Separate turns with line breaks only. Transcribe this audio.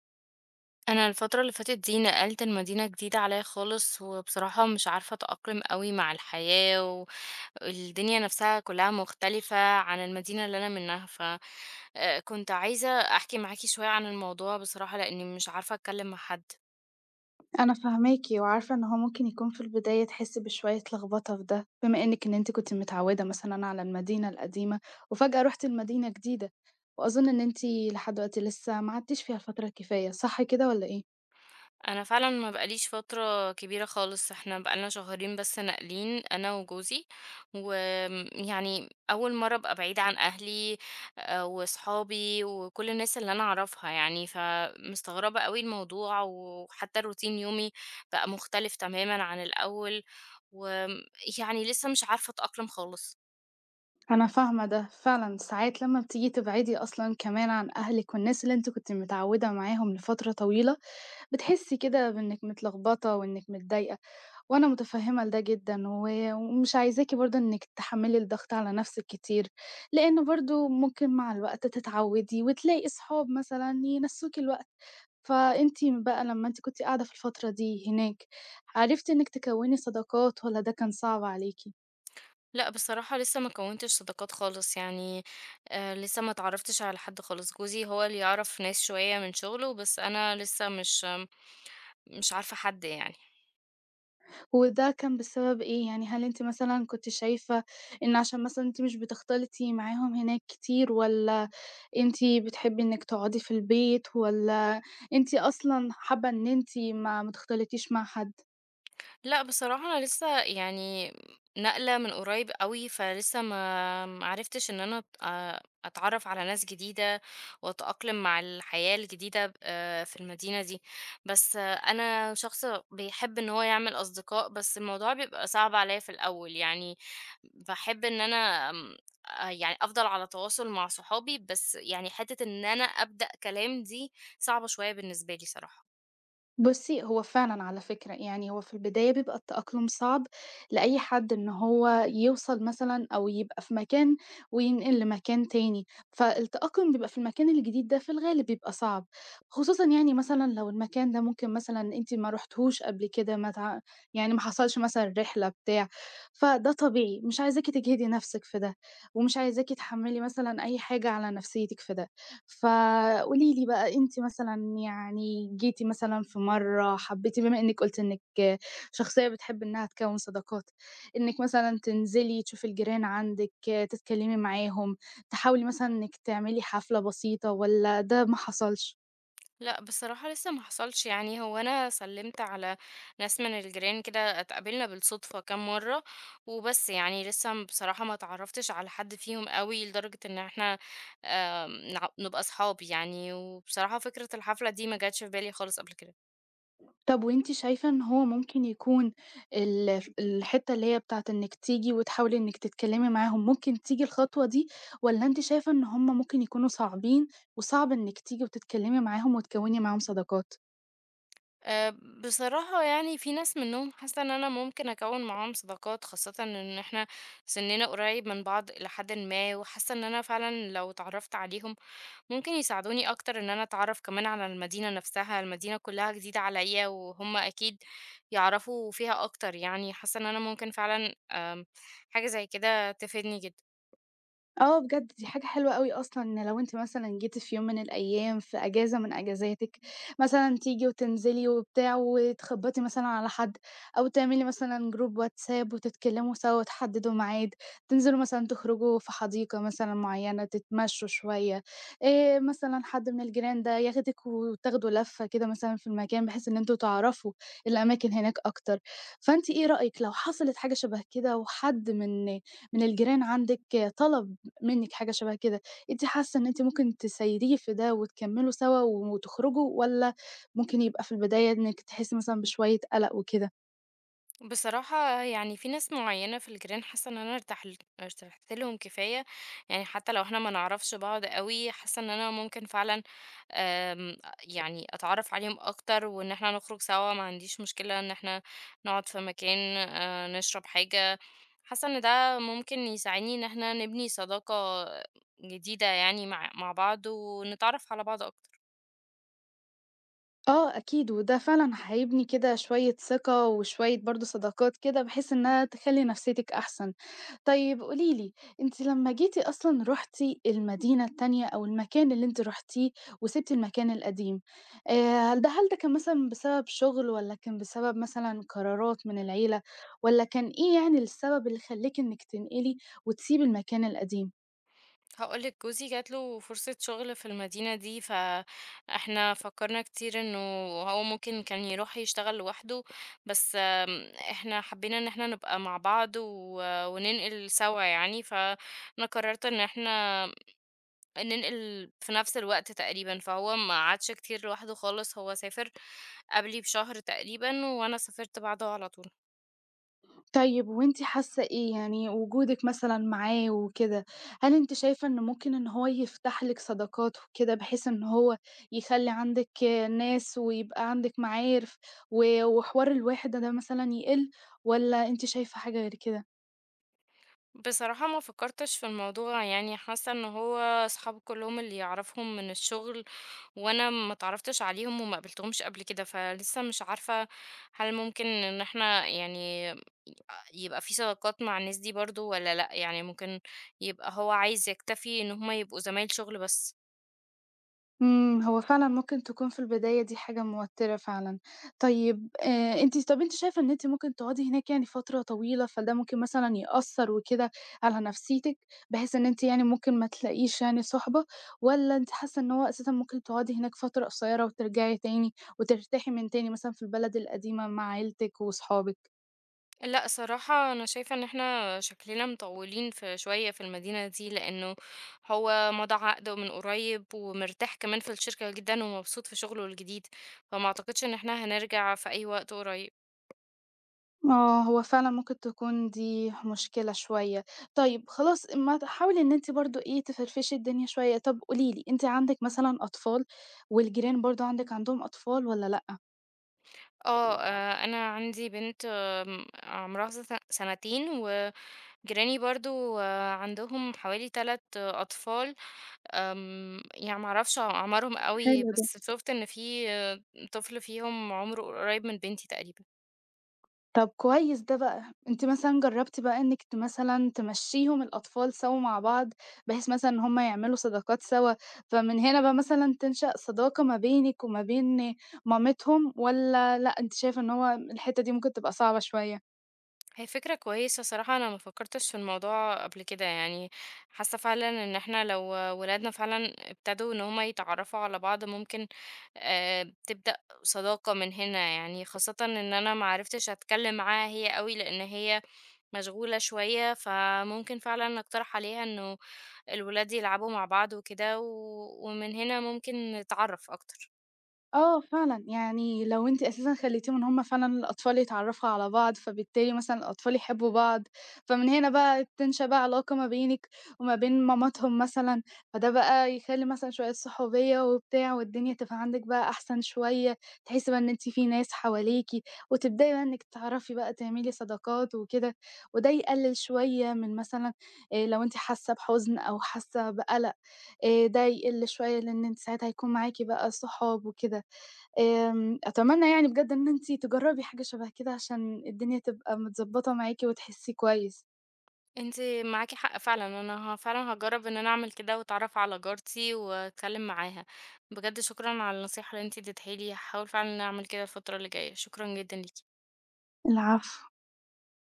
انا الفتره اللي فاتت دي نقلت لمدينه جديده عليا خالص، وبصراحه مش عارفه اتاقلم قوي مع الحياه. والدنيا نفسها كلها مختلفه عن المدينه اللي انا منها. ف آه، كنت عايزه احكي معاكي شويه عن الموضوع بصراحه لاني مش عارفه اتكلم مع حد.
أنا فاهماكِ، وعارفة إن هو ممكن يكون في البداية تحسّي بشوية لخبطة في ده، بما إنِّك إن أنتِ كنتِ متعوّدة مثلًا على المدينة القديمة، وفجأة رُحتِ لمدينة جديدة، وأظن إن أنتِ لحد دلوقتي لسه ما قعدتيش فيها الفترة الكفاية، صح كده والّا إيه؟
أنا فعلًا ما بقى ليش فترة كبيرة خالص، إحنا بقى لنا شهرين بس ناقلين أنا وجوزي، وآمم يعني أول مرّة أبقى بعيدة عن أهلي وصحابي وكل الناس اللي أنا أعرفها يعني، فمستغربة أوي الموضوع، وحتى روتين يومي بقى مختلف تمامًا عن الأول، وآمم يعني لسه مش عارفة أتأقلم خالص.
أنا فاهمة ده، فعلًا ساعات لمّا بتيجي تبعدي أصلًا كمان عن أهلِك والناس اللي أنتِ كنتِ متعوّدة معاهم لفترة طويلة، بتحسّي كده بإنِّك متلخبطة وإنِّك متضايقة. وأنا متفهّمة لده جدًا، و ومش عايزاكِ برضه إنِّك تحمّلي الضغط على نَفْسِك كتير، لإن برضه ممكن مع الوقت تتعوّدي وتلاقي أصحاب مثلًا ينسّوكِ الوقت، فأنتِ بقى لمّا أنتِ كنتِ قاعدة في الفترة دي هناك، عرفتِ إنِّك تكوّني صداقات والّا ده كان صعب عليكِ؟
لأ، بصراحة لسه ما كوّنتش صداقات خالص، يعني لسه ما اتعرّفتش على حد خالص، جوزي هو اللي يعرف ناس شوية من شُغله، بس أنا لسه مش عارفة حد يعني.
وده كان بسبب إيه؟ يعني هل أنتِ مثلًا كنتِ شايفة إن عشان مثلًا أنتِ مش بتختلطي معاهم هناك كتير، والّا أنتِ بتحبي إنِّك تقعدي في البيت، والّا أنتِ أصلًا حابة إن أنتِ ما تختلطيش مع حد؟
لأ، بصراحة أنا لسه يعني ناقلة من قريب أوي، فلسه ما عرفتش إن أنا أت أتعرّف على ناس جديدة وأتأقلم مع الحياة الجديدة ب في المدينة دي، بس أنا شخص بيحب إن هو يعمل أصدقاء، بس الموضوع بيبقى صعب عليّا في الأول، يعني باحب إن أنا آمم يعني أفضل على تواصل مع صحابي، بس يعني حتّة إن أنا أبدأ كلام دي صعبة شوية بالنسبة لي صراحة.
بُصّي، هو فعلًا على فكرة، يعني هو في البداية بيبقى التأقلم صعب لأي حد إن هو يوصل مثلًا أو يبقى في مكان وينقل لمكان تاني، فالتأقلم بيبقى في المكان الجديد ده في الغالب بيبقى صعب، خصوصًا يعني مثلًا لو المكان ده ممكن مثلًا أنتِ ما رُحتيهوش قبل كده، ما تع يعني ما حصلش مثلًا رحلة بتاع، فده طبيعي، مش عايزاكِ تجهدي نفسِك في ده، ومش عايزاكِ تحمّلي مثلًا أي حاجة على نفسيتِك في ده. فقولي لي بقى أنتِ مثلًا يعني جيتِ مثلًا في مرّة حبّيتِ بما إنِّك قُلتِ إنِّك شخصية بتحب إنّها تكوّن صداقات، إنِّك مثلًا تنزلي تشوفي الجيران عندِك، تتكلّمي معاهم، تحاولي مثلًا إنِّك تعملي حفلة بسيطة والّا ده ما حصلش؟
لأ، بصراحة لسه ما حصلش يعني، هو أنا سلِّمت على ناس من الجيران كده، اتقابلنا بالصدفة كام مرّة وبس يعني، لسه بصراحة ما اتعرّفتش على حد فيهم أوي لدرجة إن إحنا نع نبقى صحاب يعني، وبصراحة فكرة الحفلة دي ما جاتش في بالي خالص قبل كده.
طب وأنتِ شايفة إن هو ممكن يكون الحتّة اللي هي بتاعة إنِّك تيجي وتحاولي إنِّك تتكلّمي معاهم، ممكن تيجي الخطوة دي والّا أنتِ شايفة إن هم ممكن يكونوا صعبين وصعب إنِّك تيجي وتتكلّمي معاهم وتكوّني معاهم صداقات؟
آآ بصراحة يعني في ناس منّهم حاسّة إن أنا ممكن أكوِّن معاهم صداقات، خاصةً إن إحنا سِنِّنا قريّب من بعض إلى حدٍ ما، وحاسّة إن أنا فعلًا لو اتعرّفت عليهم ممكن يساعدوني أكتر إن أنا أتعرف كمان على المدينة نفسها، المدينة كلها جديدة عليا وهم أكيد يعرفوا فيها أكتر، يعني حاسة إن أنا ممكن فعلا حاجة زي كده تفيدني جدا.
آه بجد دي حاجة حلوة أوي أصلًا إن لو أنتِ مثلًا جيتِ في يوم من الأيام في أجازة من أجازاتِك، مثلًا تيجي وتنزلي وبتاع وتخبّطي مثلًا على حد، أو تعملي مثلًا جروب واتساب وتتكلموا سوا وتحددوا ميعاد، تنزلوا مثلًا تخرجوا في حديقة مثلًا معيّنة تتمشوا شوية، مثلًا حد من الجيران ده ياخدِك وتاخدوا لفة كده مثلًا في المكان بحيث إن أنتم تعرفوا الأماكن هناك أكتر. فأنتِ إيه رأيِك لو حصلت حاجة شبه كده وحد من الجيران عندِك طلب منِّك حاجة شبه كده، أنتِ حاسة إن أنتِ ممكن تسيّريه في ده وتكمّلوا سوا وتخرجوا والّا ممكن يبقى في البداية إنِّك تحسّي مثلًا بشوية قَلَق وكده؟
بصراحة يعني في ناس معينة في الجيران حاسة إن أنا ارتحت لهم كفاية، يعني حتى لو احنا ما نعرفش بعض قوي، حاسة إن أنا ممكن فعلا آم، يعني أتعرف عليهم أكتر وإن احنا نخرج سوا، ما عنديش مشكلة إن احنا نقعد في مكان، نشرب حاجة. حاسة إن ده ممكن يساعدني إن إحنا نبني صداقة جديدة، يعني مع بعض ونتعرف على بعض أكتر.
آه أكيد، وده فعلًا هيبني كده شوية ثقة وشوية برضه صداقات كده بحيث إنها تخلّي نفسيتِك أحسن. طيب قولي لي، أنتِ لمّا جيتِ أصلًا رُحتِ المدينة التانية أو المكان اللي أنتِ رُحتيه وسِبتِ المكان القديم، ده هل ده كان مثلًا بسبب شغل والّا كان بسبب مثلًا قرارات من العيلة والّا كان إيه يعني السبب اللي خلّاكِ إنِّك تنقلي وتسيبي المكان القديم؟
هقولك جوزي جاتله فرصة شغل في المدينة دي، فإحنا فكرنا كتير إنه هو ممكن كان يروح يشتغل لوحده، بس إحنا حبينا إن إحنا نبقى مع بعض وننقل سوا يعني، فأنا قررت إن إحنا ننقل في نفس الوقت تقريبًا، فهو ما قعدش كتير لوحده خالص، هو سافر قبلي بشهر تقريبًا وأنا سافرت بعده على طول.
طيب وأنتِ حاسة إيه، يعني وجودِك مثلًا معاه وكده، هل أنتِ شايفة إن ممكن إن هو يفتح لِك صداقات وكده، بحيث إن هو يخلّي عندِك ناس ويبقى عندِك معارف و وحوار الوِحدة ده مثلًا يقِل، والّا أنتِ شايفة حاجة غير كده؟
بصراحة ما فكّرتش في الموضوع، يعني حاسة إن هو أصحابي كلّهم اللي يعرفهم من الشغل وأنا ما اتعرّفتش عليهم وما قابلتهمش قبل كده، فلسه مش عارفة هل ممكن إن إحنا يعني يبقى في صداقات مع الناس دي برضه والّا لأ، يعني ممكن يبقى هو عايز يكتفي إن هم يبقوا زمايل شغل بس.
هو فعلًا ممكن تكون في البداية دي حاجة موتِّرة فعلًا. طيب أنتِ شايفة إن أنتِ ممكن تقعدي هناك يعني فترة طويلة، فده ممكن مثلًا يأثّر وكده على نفسيتِك، بحيث إن أنتِ يعني ممكن ما تلاقيش يعني صُحبة، والّا أنتِ حاسة إن هو أساسًا ممكن تقعدي هناك فترة قصيّرة وترجعي تاني وترتاحي من تاني مثلًا في البلد القديمة مع عيلتِك وصحابِك؟
لأ، صراحة أنا شايفة إن إحنا شكلنا مطولين في شوية في المدينة دي، لأنه هو مضى عقده من قريب ومرتاح كمان في الشركة جدًا ومبسوط في شغله الجديد، فما أعتقدش إن إحنا هنرجع في أي وقت قريب.
آه، هو فعلًا ممكن تكون دي مشكلة شوية. طيب خلاص ما ت حاولي إن أنتِ برضه إيه، تفرفشي الدنيا شوية. طب قولي لي، أنتِ عندِك مثلًا أطفال والجيران برضه عندهم أطفال والّا لأ؟
آه، أنا عندي بنت عمرها سنتين، وجيراني برضه عندهم حوالي 3 أطفال، يعني ما أعرفش أعمارهم أوي،
حلو ده.
بس شُفت إن في طفل فيهم عمره قريب من بنتي تقريبًا.
طب كويس ده بقى. أنتِ مثلًا جرّبتِ بقى إنِّك مثلًا تمشّيهم الأطفال سَوا مع بعض، بحيث مثلًا إن هم يعملوا صداقات سَوا، فمن هنا بقى مثلًا تنشأ صداقة ما بينِك وما بين مامتهم والّا لأ، أنتِ شايفة إن هو الحتّة دي ممكن تبقى صعبة شوية؟
هي فكرة كويسة، صراحة أنا ما فكرتش في الموضوع قبل كده، يعني حاسة فعلا إن احنا لو ولادنا فعلا ابتدوا إن هما يتعرفوا على بعض، ممكن تبدأ صداقة من هنا، يعني خاصة إن أنا معرفتش أتكلم معاها هي قوي، لأن هي مشغولة شوية، فممكن فعلا أقترح عليها إنه الولاد يلعبوا مع بعض وكده ومن هنا ممكن نتعرف أكتر.
آه فعلًا، يعني لو أنتِ أساسًا خلّيتيهم إن هُم فعلًا الأطفال يتعرّفوا على بعض، فبالتالي مثلًا الأطفال يحبّوا بعض، فمن هنا بقى تنشأ بقى علاقة ما بينِك وما بين ماماتهم مثلًا، فده بقى يخلّي مثلًا شوية صحوبية وبتاع والدنيا تبقى عندِك بقى أحسن شوية، تحسّي بقى إن أنتِ في ناس حواليكِ وتبدئي بقى إنِّك تعرفي بقى تعملي صداقات وكده، وده يقلِّل شوية من مثلًا لو أنتِ حاسّة بحُزن أو حاسّة بقلق، ده يقِل شوية لإن أنتِ ساعتها هيكون معاكِ بقى صحاب وكده. أتمنى يعني بجد إن أنتِ تجرّبي حاجة شبه كده عشان الدنيا تبقى متضبّطة معاكِ وتحسّي كويس.
أنتِ معاكِ حق فعلًا، أنا فعلًا هاجرّب إن أنا أعمل كده وأتعرّف على جارتي وأتكلّم معاها. بجد شكرًا على النصيحة اللي أنتِ اديتيها لي، هاحاول فعلًا إن أنا أعمل كده الفترة اللي جاية، شكرًا جدًا ليكِ.
العفو.